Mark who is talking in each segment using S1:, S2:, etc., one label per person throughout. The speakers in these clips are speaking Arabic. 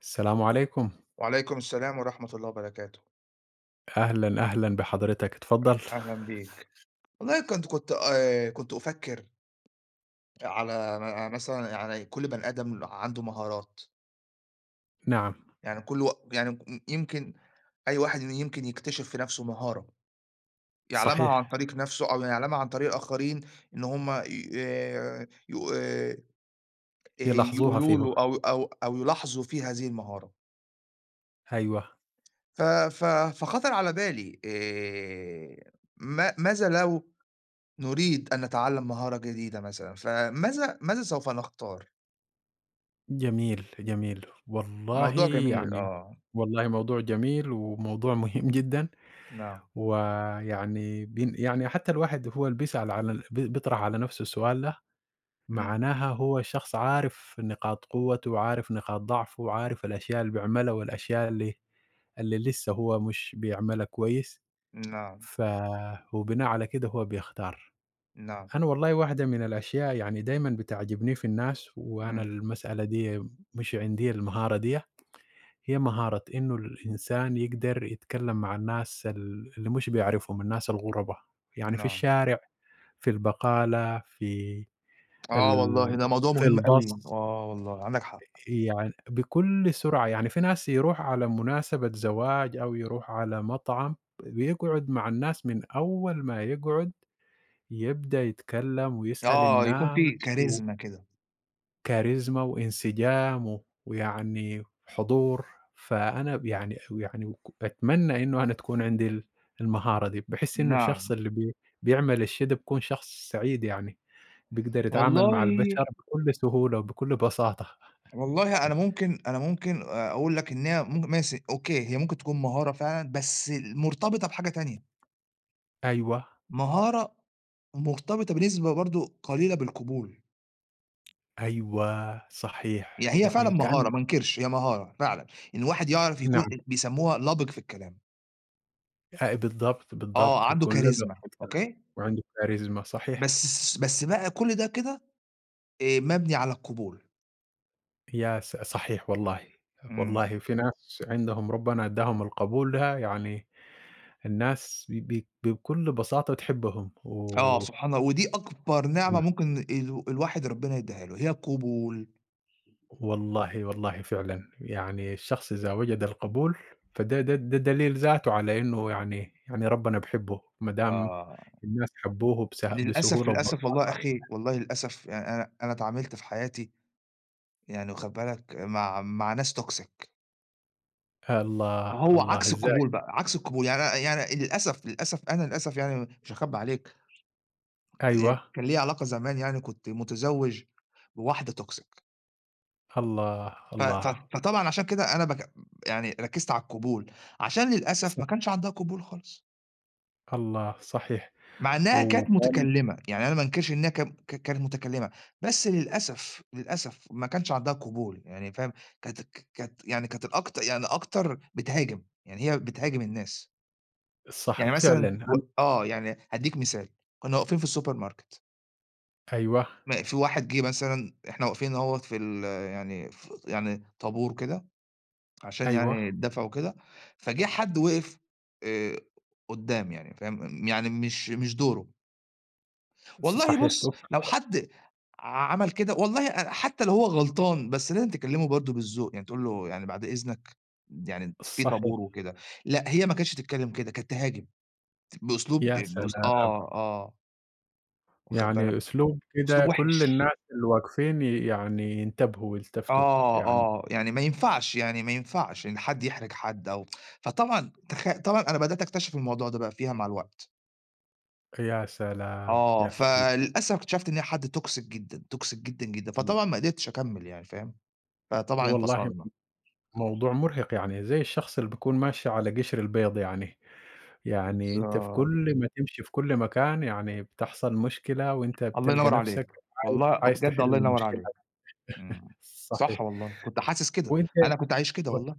S1: السلام عليكم.
S2: وعليكم السلام ورحمة الله وبركاته،
S1: أهلًا، أهلًا بحضرتك، اتفضل.
S2: أهلًا بيك. والله كنت أفكّر على م آه، مثلًا يعني كل بني آدم عنده مهارات.
S1: نعم،
S2: يعني كل و يعني م يمكن أي واحد يمكن يكتشف في نَفْسه مهارة، يعلمها عن
S1: صحيح،
S2: طريق نَفْسه أو يعلمها عن طريق الآخرين، إن هم ي يق
S1: يلاحظوها
S2: يقولوا
S1: فيه.
S2: له أو يلاحظوا فيه هذه المهارة.
S1: أيوه،
S2: ف ف فخطر على بالي، ما ماذا لو نريد أن نتعلم مهارة جديدة مثلًا، فماذا سوف نختار؟
S1: جميل، جميل. والله
S2: موضوع جميل
S1: يعني
S2: آه.
S1: والله موضوع جميل وموضوع مهم جدًا،
S2: نعم.
S1: ويعني يعني حتى الواحد هو اللي بيسأل على ال بي بيطرح على نفسه السؤال ده،
S2: إمم.
S1: معناها هو الشخص عارف نقاط قوته وعارف نقاط ضعفه وعارف الأشياء اللي بيعملها والأشياء اللي لسه هو مش بيعملها كويس،
S2: نعم،
S1: ف وبناء على كده هو بيختار.
S2: نعم.
S1: أنا والله واحدة من الأشياء يعني دايمًا بتعجبني في الناس وأنا
S2: إمم.
S1: المسألة دي مش عندي المهارة ديّة، هي مهارة إنه الإنسان يقدر يتكلم مع الناس اللي مش بيعرفهم، الناس الغُربا، يعني في
S2: نعم.
S1: الشارع، في البقالة، ال
S2: آه والله ده موضوع
S1: في
S2: مهم أوي،
S1: الباص،
S2: آه والله عندك حق.
S1: يعني بكل سرعة، يعني في ناس يروح على مناسبة زواج أو يروح على مطعم، بيقعد مع الناس من أول ما يقعد يبدأ يتكلم ويسأل
S2: آه، يكون في
S1: الناس و
S2: كاريزما كده.
S1: كاريزما وانسجام ويعني حضور، فأنا ب يعني ويعني وك أتمنى إنه أنا تكون عندي المهارة دي، باحس إنه الشخص
S2: نعم.
S1: اللي بيعمل الشي ده بيكون شخص سعيد يعني، بيقدر يتعامل
S2: والله،
S1: مع البشر بكل سهولة وبكل بساطة.
S2: والله أنا ممكن أقول لك إن هي ممكن ماشي، أوكي، هي ممكن تكون مهارة فعلًا، بس مرتبطة بحاجة تانية.
S1: أيوه،
S2: مهارة مرتبطة بنسبة برضه قليلة بالقبول.
S1: أيوه، صحيح،
S2: هي فعلًا
S1: يعني
S2: مهارة،
S1: كأن
S2: ما انكرش، هي مهارة فعلًا، إن الواحد يعرف يكون،
S1: نعم،
S2: بيسموها لبق في الكلام.
S1: بالضبط،
S2: آه،
S1: بالضبط،
S2: عنده
S1: يكون لبق
S2: كاريزما،
S1: في الكلام
S2: أوكي.
S1: وعنده كاريزما، صحيح،
S2: بس بقى كل ده كده مبني على القبول.
S1: يا س صحيح والله،
S2: إمم.
S1: والله في ناس عندهم ربنا ادّاهم القبول ده يعني الناس ب ب بكل بساطة بتحبهم
S2: آه،
S1: و
S2: سبحان الله، ودي أكبر نعمة ممكن الواحد ربنا يديها له، هي القبول.
S1: والله، والله فعلًا، يعني الشخص إذا وجد القبول فده ده ده دليل ذاته على إنه يعني يعني ربنا بيحبه، ما دام
S2: آه،
S1: الناس حبوه بسه
S2: للأسف،
S1: بسهولة
S2: للأسف والله يا
S1: وببساطة
S2: أخي، والله للأسف، يعني أنا اتعاملت في حياتي، يعني واخد بالك، مع ناس toxic.
S1: الله،
S2: فهو
S1: الله
S2: عكس
S1: إزاي؟
S2: القبول بقى، عكس القبول. يعني أنا يعني للأسف، للأسف أنا للأسف يعني مش هاخبّي عليك،
S1: أيوه،
S2: كان ليّا علاقة زمان، يعني كنت متزوّج بواحدة toxic.
S1: الله،
S2: ف ف
S1: الله،
S2: فطبعًا عشان كده أنا بك يعني ركّزت على القبول، عشان
S1: ص
S2: للأسف ما كانش عندها قبول خالص.
S1: الله صحيح،
S2: مع إنها كانت
S1: وكان
S2: متكلّمة، يعني أنا ما أنكرش إنها كانت متكلّمة، بس للأسف، للأسف ما كانش عندها قبول، يعني فاهم. كانت، يعني كانت الأكت يعني أكتر بتهاجم، يعني هي بتهاجم الناس.
S1: صح
S2: يعني مثلًا
S1: فعلًا
S2: و
S1: أنا
S2: آه، يعني هادّيك مثال. كنّا واقفين في السوبر ماركت،
S1: أيوه،
S2: ما في واحد جِه مثلًا، إحنا واقفين أهوّة في ال يعني ف يعني طابور كده عشان يعني
S1: أيوه،
S2: الدفا وكده. فجِه حد وقف آآ قُدّام، يعني فاهم، يعني مش دوره. والله
S1: صحيح
S2: بُص، لو حد عمل كده والله حتى لو هو غلطان، بس لازم تكلّمه برضه بالذوق، يعني تقول له يعني بعد إذنك، يعني في
S1: صحيح،
S2: طابور وكده. لأ، هي ما كانتش تتكلّم كده، كانت تهاجم بأسلوب،
S1: يا سلام!
S2: بأس آه، آه، واخد بالك،
S1: يعني أسلوب كده
S2: أسلوب
S1: كل
S2: وِحِش.
S1: الناس اللي واقفين يعني ينتبهوا ويلتفتوا،
S2: آه،
S1: يعني
S2: آه، يعني ما ينفعش، يعني ما ينفعش إن حد يحرج حد، أو فطبعًا تخ طبعًا أنا بدأت أكتشف الموضوع ده بقى فيها مع الوقت.
S1: يا سلام!
S2: آه،
S1: يا س
S2: فللأسف اكتشفت إن هي حد toxic جدًا، toxic جدًا، جدًا، فطبعًا ما قدرتش أكمّل، يعني فاهم، فطبعًا
S1: والله
S2: انفصلنا.
S1: موضوع مُرهق يعني، زي الشخص اللي بيكون ماشي على قشر البيض يعني، يعني أنت في
S2: بالضبط.
S1: كل ما تمشي في كل مكان يعني بتحصل مشكلة وأنت
S2: الله
S1: بتلقى
S2: ينوّر عليك.
S1: نفسك عايز
S2: والله آه،
S1: عايز
S2: بجد
S1: تحل
S2: الله ينوّر عليك.
S1: المشكلة،
S2: إمم.
S1: صحيح،
S2: صح والله، كنت حاسس كده.
S1: وأنت
S2: أنا كنت عايش كده والله.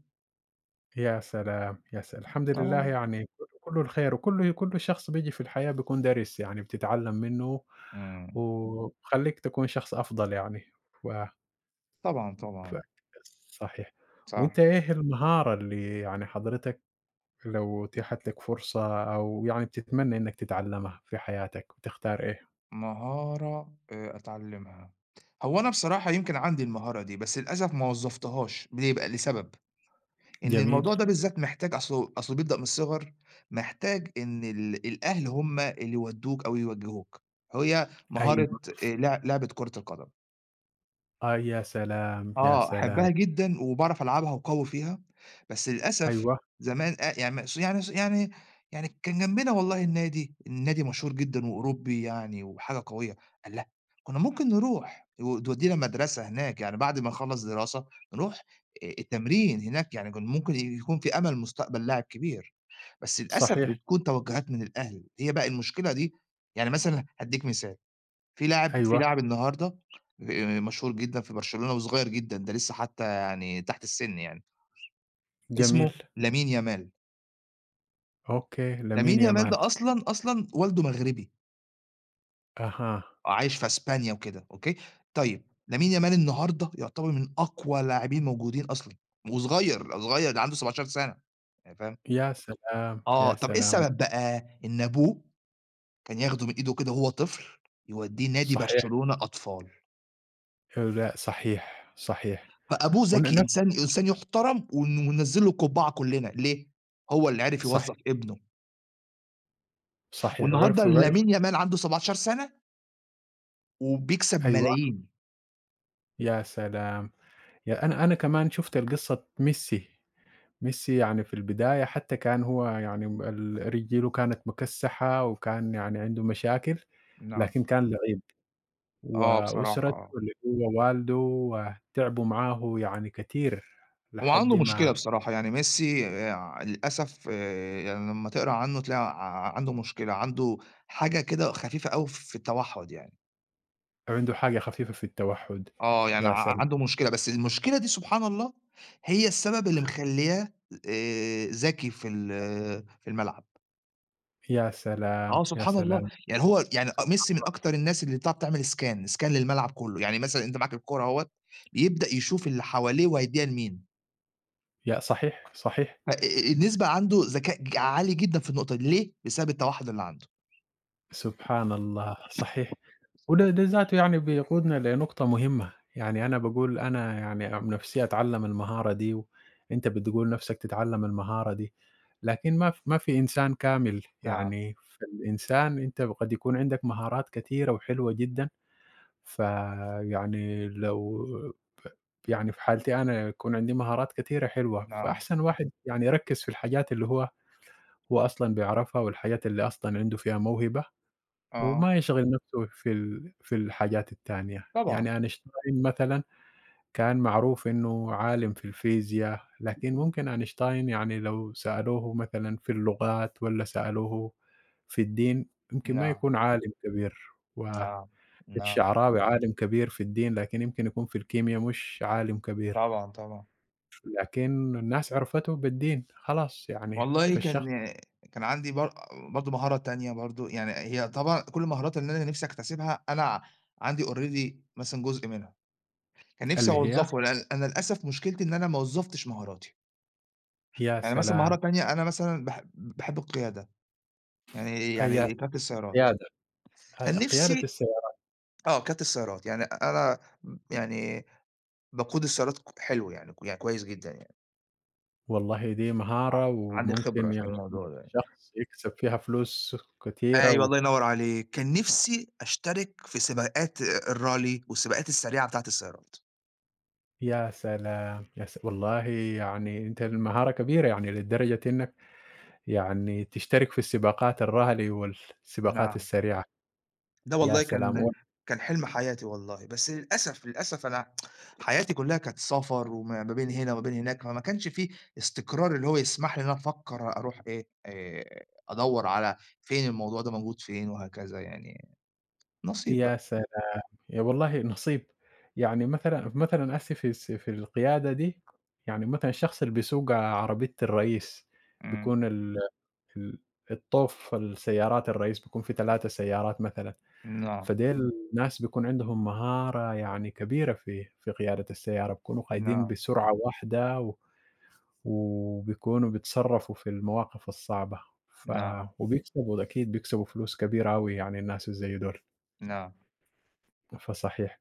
S1: يا سلام، يا سلام! الحمد
S2: آه
S1: لله
S2: والله.
S1: يعني كل كُلّه الخير وكُلّه كُلّ شخص بييجي في الحياة بيكون دارس، يعني بتتعلّم منّه
S2: إمم.
S1: وبيخلّيك تكون شخص أفضل يعني. ف
S2: طبعًا،
S1: ف
S2: طبعًا.
S1: صحيح.
S2: صح.
S1: وأنت إيه المهارة اللي يعني حضرتك لو أُتيحت لك فرصة أو يعني بتتمنّى إنّك تتعلّمها في حياتك، بتختار إيه؟
S2: مهارة أتعلمها. هو أنا بصراحة يمكن عندي المهارة دي، بس للأسف ما وظّفتهاش. ليه بقى؟ لسبب، إن
S1: جميل.
S2: الموضوع ده بالذات محتاج، أصله بيبدأ من الصغر. محتاج إن الأهل هم اللي يودّوك أو يوجّهوك. هي مهارة
S1: أيوه.
S2: لع لعبة كرة القدم.
S1: آه، يا سلام، يا
S2: آه، أحبها
S1: سلام!
S2: جدًا، وباعرف ألعبها وقوي فيها. بس للأسف
S1: أيوه،
S2: زمان، أ يعني مس يعني س يعني يعني كان جنبنا والله النادي، النادي مشهور جدًا وأوروبي يعني وحاجة قوية. الله! كنا ممكن نروح و تودينا مدرسة هناك، يعني بعد ما نخلّص دراسة نروح التمرين هناك، يعني كان ممكن يكون في أمل مستقبل لاعب كبير. بس للأسف
S1: صحيح،
S2: بتكون توجهات من الأهل، هي بقى المشكلة دي. يعني مثلًا هادّيك مثال، في لاعب،
S1: أيوه،
S2: النهارده مشهور جدًا في برشلونة وصغير جدًا، ده لسه حتى يعني تحت السن يعني. اسمه
S1: جميل.
S2: لامين يامال.
S1: أوكي، لمين
S2: لامين يامال
S1: يامال.
S2: ده أصلًا، أصلًا والده مغربي،
S1: أها.
S2: عايش في إسبانيا وكده، أوكي. طيب لامين يامال النهارده يعتبر من أقوى لاعبين موجودين أصلًا، وصغير، صغير ده عنده 17 سنة، يعني فاهم؟
S1: يا سلام!
S2: آه،
S1: يا
S2: طب إيه
S1: سلام!
S2: السبب بقى؟ إن أبوه كان ياخده من إيده كده وهو طفل، يوديه نادي
S1: صحيح
S2: برشلونة أطفال.
S1: لأ صحيح، صحيح
S2: فأبوه
S1: ون
S2: ذكي،
S1: نف
S2: إنسان يُحترم، وننزّل له القبعة كُلّنا. ليه؟ هو اللي عرف
S1: صحيح،
S2: يوظّف ابنه،
S1: صحيح
S2: والنهارده
S1: وعرف
S2: لامين يامال عنده 17 سَنة وبيكسب
S1: أيوه
S2: ملايين.
S1: يا سلام! أنا كمان شُفت القصة ميسي، يعني في البداية حتى كان هو يعني م ال رجِله كانت مكسّحة وكان يعني عنده مشاكل،
S2: نعم.
S1: لكن كان لعيب
S2: آه بصراحة
S1: وأسرته
S2: آه.
S1: اللي هو والده وتعبوا معاه يعني كتير
S2: هو
S1: لحد
S2: عنده مشكلة
S1: ما
S2: بصراحة، يعني ميسي للأسف يعني لمّا تقرا عنّه تلاقي عنده مشكلة، عنده حاجة كده خفيفة أوي في التوحُّد يعني.
S1: عنده حاجة خفيفة في التوحُّد.
S2: آه، يعني
S1: يا سلام!
S2: عنده مشكلة، بس المشكلة دي سبحان الله هي السبب اللي مخلّياه ذكي في في الملعب.
S1: يا سلام!
S2: آه،
S1: يا
S2: سبحان الله.
S1: سلام!
S2: يعني هو يعني
S1: سبحان
S2: ميسي من
S1: الله.
S2: أكتر الناس اللي بتعرف تعمل scan للملعب كلّه. يعني مثلًا أنت معاك الكورة أهوّة، يبدأ يشوف اللي حواليه وهيدّيها لمين.
S1: يا صحيح، صحيح،
S2: ف النسبة عنده ذكاء عالي جدًا في النقطة دي. ليه؟ بسبب التوحُّد اللي عنده.
S1: سبحان الله، صحيح. وده ذاته يعني بيقودنا لنقطة مهمة، يعني أنا باقول أنا يعني عن نفسي أتعلم المهارة دي وأنت بتقول نفسك تتعلم المهارة دي، لكن ما في إنسان كامل،
S2: نعم،
S1: يعني فالإنسان أنت قد يكون عندك مهارات كتيرة وحلوة جدًا، فيعني لو يعني في حالتي أنا يكون عندي مهارات كتيرة حلوة،
S2: نعم.
S1: فأحسن واحد يعني يركّز في الحاجات اللي هو أصلًا بيعرفها والحاجات اللي أصلًا عنده فيها موهبة،
S2: آه.
S1: وما يشغِل نفسه في في الحاجات التانية،
S2: طبعًا.
S1: يعني أينشتاين مثلًا كان معروف إنه عالِم في الفيزياء، لكن ممكن أينشتاين يعني لو سألوه مثلًا في اللغات والّا سألوه في الدين، يمكن ما
S2: نعم،
S1: يكون عالِم كبير،
S2: نعم، نعم.
S1: والشعراوي عالِم كبير في الدين، لكن يمكن يكون في الكيميا مش عالِم كبير،
S2: طبعًا، طبعًا.
S1: لكن الناس عرفته بالدين خلاص يعني،
S2: والله
S1: فالشخص
S2: كان، كان عندي بر برضه مهارة تانية برضه، يعني هي طبعًا كل المهارات اللي أنا نِفْسي أكتسبها، أنا عندي already مثلًا جزء منها. كان
S1: قال
S2: نفسي
S1: لي إياه،
S2: أوظّفه، لأن أنا للأسف مشكلتي إن أنا ما وظّفتش مهاراتي.
S1: يا
S2: يعني مثلًا مهارة
S1: سلام!
S2: تانية أنا مثلًا باحب القيادة، يعني
S1: هي
S2: قيادة السيارات.
S1: قيادة، هي
S2: كان
S1: قيادة
S2: نفسي
S1: السيارة
S2: آه، قيادة السيارات، يعني أنا يعني باقود السيارات حلو يعني، يعني كويس جدًا يعني،
S1: والله دي
S2: ع
S1: مهارة
S2: عندي خبرة
S1: وممكن
S2: في
S1: يعني
S2: الموضوع ده يعني.
S1: شخص يكسب فيها فلوس كتيرة
S2: أيوه الله ينوّر عليك، كان نفسي أشترك في سباقات الrally والسباقات السريعة بتاعة السيارات.
S1: يا سلام! يا س والله يعني أنت المهارة كبيرة يعني لدرجة إنك يعني تشترك في السباقات الرهلي والسباقات
S2: نعم.
S1: السريعة،
S2: ده
S1: يا
S2: والله
S1: سلام!
S2: كان، كان حلم حياتي والله. بس للأسف، للأسف أنا حياتي كلّها كانت سفر، وما ما بين هنا وما بين هناك، فما كانش في استقرار اللي هو يسمح لي إن أنا أفكّر أروح إيه، أدوّر على فين الموضوع ده موجود فين وهكذا يعني، نصيب
S1: يا
S2: بقى.
S1: سلام! يا والله نصيب، يعني مثلًا مثلًا هسي في القيادة دي، يعني مثلًا الشخص اللي بيسوق عربية الرئيس
S2: إمم.
S1: بيكون ال ال الطوف السيارات الرئيس بيكون في 3 سيارات مثلًا،
S2: نعم،
S1: فديل ناس بيكون عندهم مهارة يعني كبيرة في قيادة السيارة، بيكونوا قايدين
S2: نعم،
S1: بسرعة واحدة وبيكونوا بيتصرفوا في المواقف الصعبة، ف
S2: نعم،
S1: وبيكسبوا أكيد بيكسبوا فلوس كبيرة أوي يعني الناس الزي دول،
S2: نعم.
S1: فصحيح.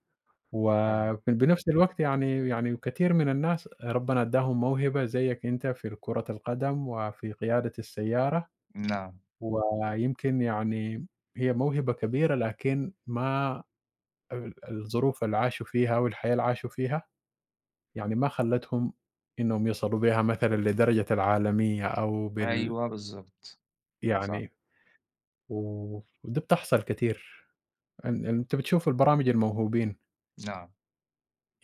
S2: فعلًا،
S1: وفي بنفس الوقت يعني كتير من الناس ربنا ادّاهم موهبة زيك أنت في كرة القدم وفي قيادة السيارة.
S2: نعم.
S1: ويمكن يعني هي موهبة كبيرة، لكن مع الظروف اللي عاشوا فيها والحياة اللي عاشوا فيها، يعني ما خلّتهم إنّهم يصلوا بيها مثلًا لدرجة العالمية أو بال
S2: أيوه بالضبط. صح.
S1: يعني و ودي بتحصل كتير. أنت بتشوف البرامج الموهوبين،
S2: نعم.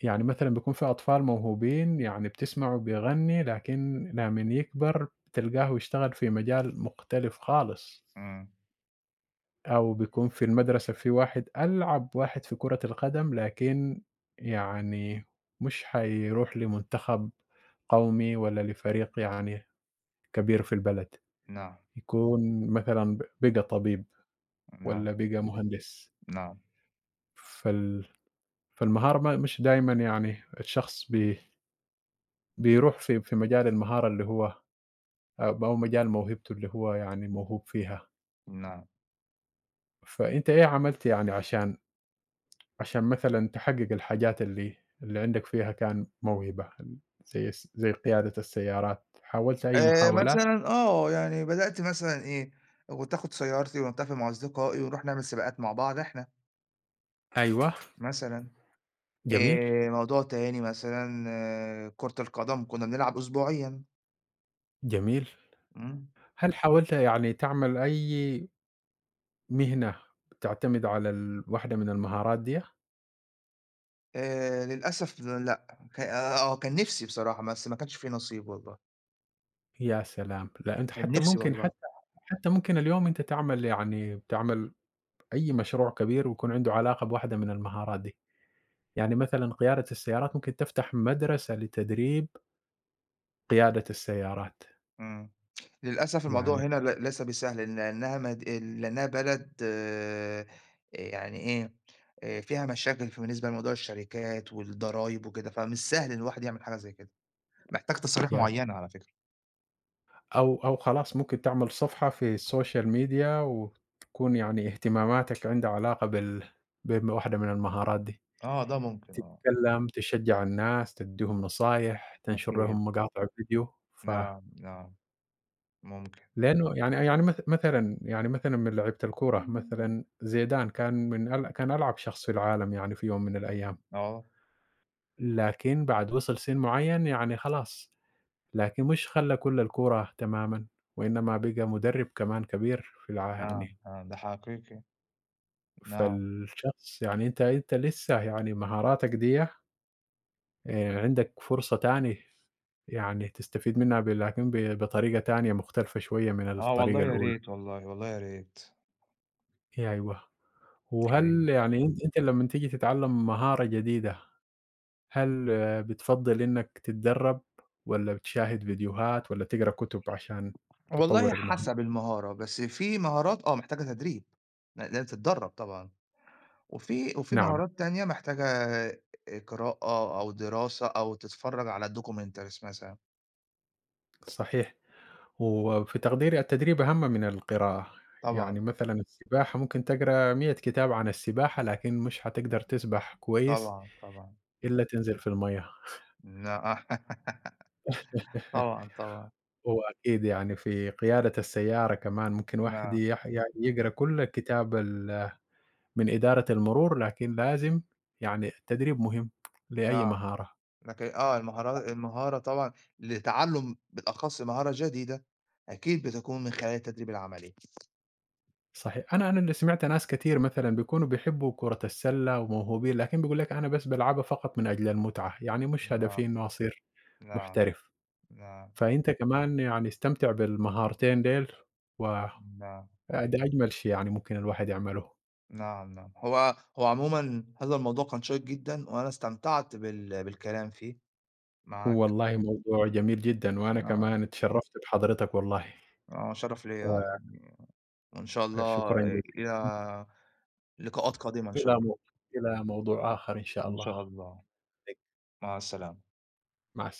S1: يعني مثلًا بيكون في أطفال موهوبين يعني بتسمعه بيغني، لكن لمّن يكبر بتلقاه يشتغل في مجال مختلف خالص.
S2: إمم.
S1: أو بيكون في المدرسة في واحد ألعب واحد في كرة القدم، لكن يعني مش حيروح لمنتخب قومي ولا لفريق يعني كبير في البلد،
S2: نعم،
S1: يكون مثلًا بقى طبيب
S2: نعم،
S1: والّا بقى مهندس،
S2: نعم،
S1: فال فالمهارة ما مش دايمًا يعني الشخص بيروح في مجال المهارة اللي هو أو مجال موهبته اللي هو يعني موهوب فيها،
S2: نعم.
S1: فأنت إيه عملت يعني عشان مثلًا تحقق الحاجات اللي عندك فيها كان موهبة، زي قيادة السيارات، حاولت أي محاولات؟
S2: مثلًا آه، يعني بدأت مثلًا إيه، كنت آخُد سيارتي ونتفق مع أصدقائي ونروح نعمل سباقات مع بعض إحنا
S1: أيوه،
S2: مثلًا.
S1: جميل،
S2: موضوع تاني مثلًا كرة القدم كُنّا بنلعب أسبوعيًا.
S1: جميل.
S2: إمم.
S1: هل حاولت يعني تعمل أي مهنة تعتمد على واحدة من المهارات ديّة؟
S2: للأسف لأ. ك آه، كان نِفْسي بصراحة بس ما كانش في نصيب والله.
S1: يا سلام! لأ أنت
S2: كان
S1: حتى
S2: نِفْسي
S1: ممكن
S2: والله.
S1: حتى حتى ممكن اليوم أنت تعمل يعني تعمل أي مشروع كبير ويكون عنده علاقة بواحدة من المهارات دي، يعني مثلًا قيادة السيارات ممكن تفتح مدرسة لتدريب قيادة السيارات،
S2: إمم. للأسف الموضوع
S1: يعني
S2: هنا ليس بسهل، لأن، لأنها بلد يعني إيه، فيها مشاكل، ف بالنسبة لموضوع الشركات والضرايب وكده، فمش سهل إن الواحد يعمل حاجة زي كده، محتاج تصاريح
S1: يعني
S2: معيّنة على فكرة.
S1: أو أو خلاص ممكن تعمل صفحة في السوشيال ميديا وتكون يعني اهتماماتك عندها علاقة بواحدة من المهارات دي،
S2: آه، ده ممكن آه.
S1: تتكلم، تشجّع الناس، تدّيهم نصايح، تنشر
S2: أكيد.
S1: لهم مقاطع فيديو،
S2: نعم، نعم، ممكن.
S1: لأنه يعني يعني مث مثلًا يعني مثلًا من لعيبة الكورة مثلًا زيدان كان من أل كان ألعب شخص في العالم يعني في يوم من الأيام،
S2: آه،
S1: لكن بعد وصل سن معين يعني خلاص لكن مش خلّى كل الكورة تمامًا، وإنما بقى مدرب كمان كبير في الع
S2: نعم،
S1: يعني
S2: نعم، ده حقيقي. نعم.
S1: فالشخص يعني أنت لسه يعني مهاراتك ديّة عندك فرصة تاني يعني تستفيد منها لكن بطريقة تانية مختلفة شوية من
S2: آه والله
S1: الطريقة
S2: يا
S1: الأولى.
S2: ريت والله، والله يا ريت.
S1: أيوه.
S2: يا ريت.
S1: وهل يعني أنت لمّن تيجي تتعلم مهارة جديدة، هل آه، بتفضّل إنك تتدرب والّا بتشاهد فيديوهات والّا تقرا كتب عشان
S2: والله
S1: تطوّر المهارة؟
S2: حسب المهارة، بس في مهارات آه محتاجة تدريب، لازم تتدرّب طبعًا. وفي
S1: نعم.
S2: مهارات تانية محتاجة قراءة أو دراسة أو تتفرّج على documentaries مثلًا.
S1: صحيح. وفي تقديري التدريب أهم من القراءة. يعني
S2: طبعًا،
S1: مثلًا السباحة ممكن تقرا 100 كتاب عن السباحة، لكن مش هتقدر تسبح كويس
S2: طبعًا، طبعًا.
S1: إلا تنزل في المَيّة.
S2: نعم. طبعًا، طبعًا.
S1: وأكيد يعني في قيادة السيارة كمان ممكن واحد
S2: نعم،
S1: يعني
S2: نعم،
S1: يقرا كل كتاب من إدارة المرور، لكن لازم يعني التدريب مهم لأي
S2: نعم.
S1: مهارة.
S2: لكن آه، المهارة طبعًا لتعلُّم بالأخص مهارة جديدة، أكيد بتكون من خلال التدريب العملي.
S1: صحيح. أنا اللي سمعت ناس كتير مثلًا بيكونوا بيحبّوا كرة السلة وموهوبين، لكن بيقول لك أنا بس بالعبها فقط من أجل المتعة، يعني مش
S2: نعم،
S1: هدفي إنه أصير
S2: نعم،
S1: محترف.
S2: نعم،
S1: فأنت كمان يعني استمتع بالمهارتين ديل و
S2: نعم،
S1: ده أجمل شيء يعني ممكن الواحد يعمله.
S2: نعم، نعم. هو عمومًا هذا الموضوع كان شيّق جدًا، وأنا استمتعت بالكلام فيه معاك.
S1: والله موضوع جميل جدًا، وأنا
S2: نعم.
S1: كمان اتشرّفت بحضرتك والله،
S2: آه، شرف ليّا يعني، وإن شاء الله
S1: وشكرًا جزيلًا.
S2: إلى لقاءات قادمة إن شاء
S1: إلى
S2: الله.
S1: مو إلى موضوع آخر إن شاء
S2: إن
S1: الله.
S2: شاء الله. مع السلامة.
S1: مع الس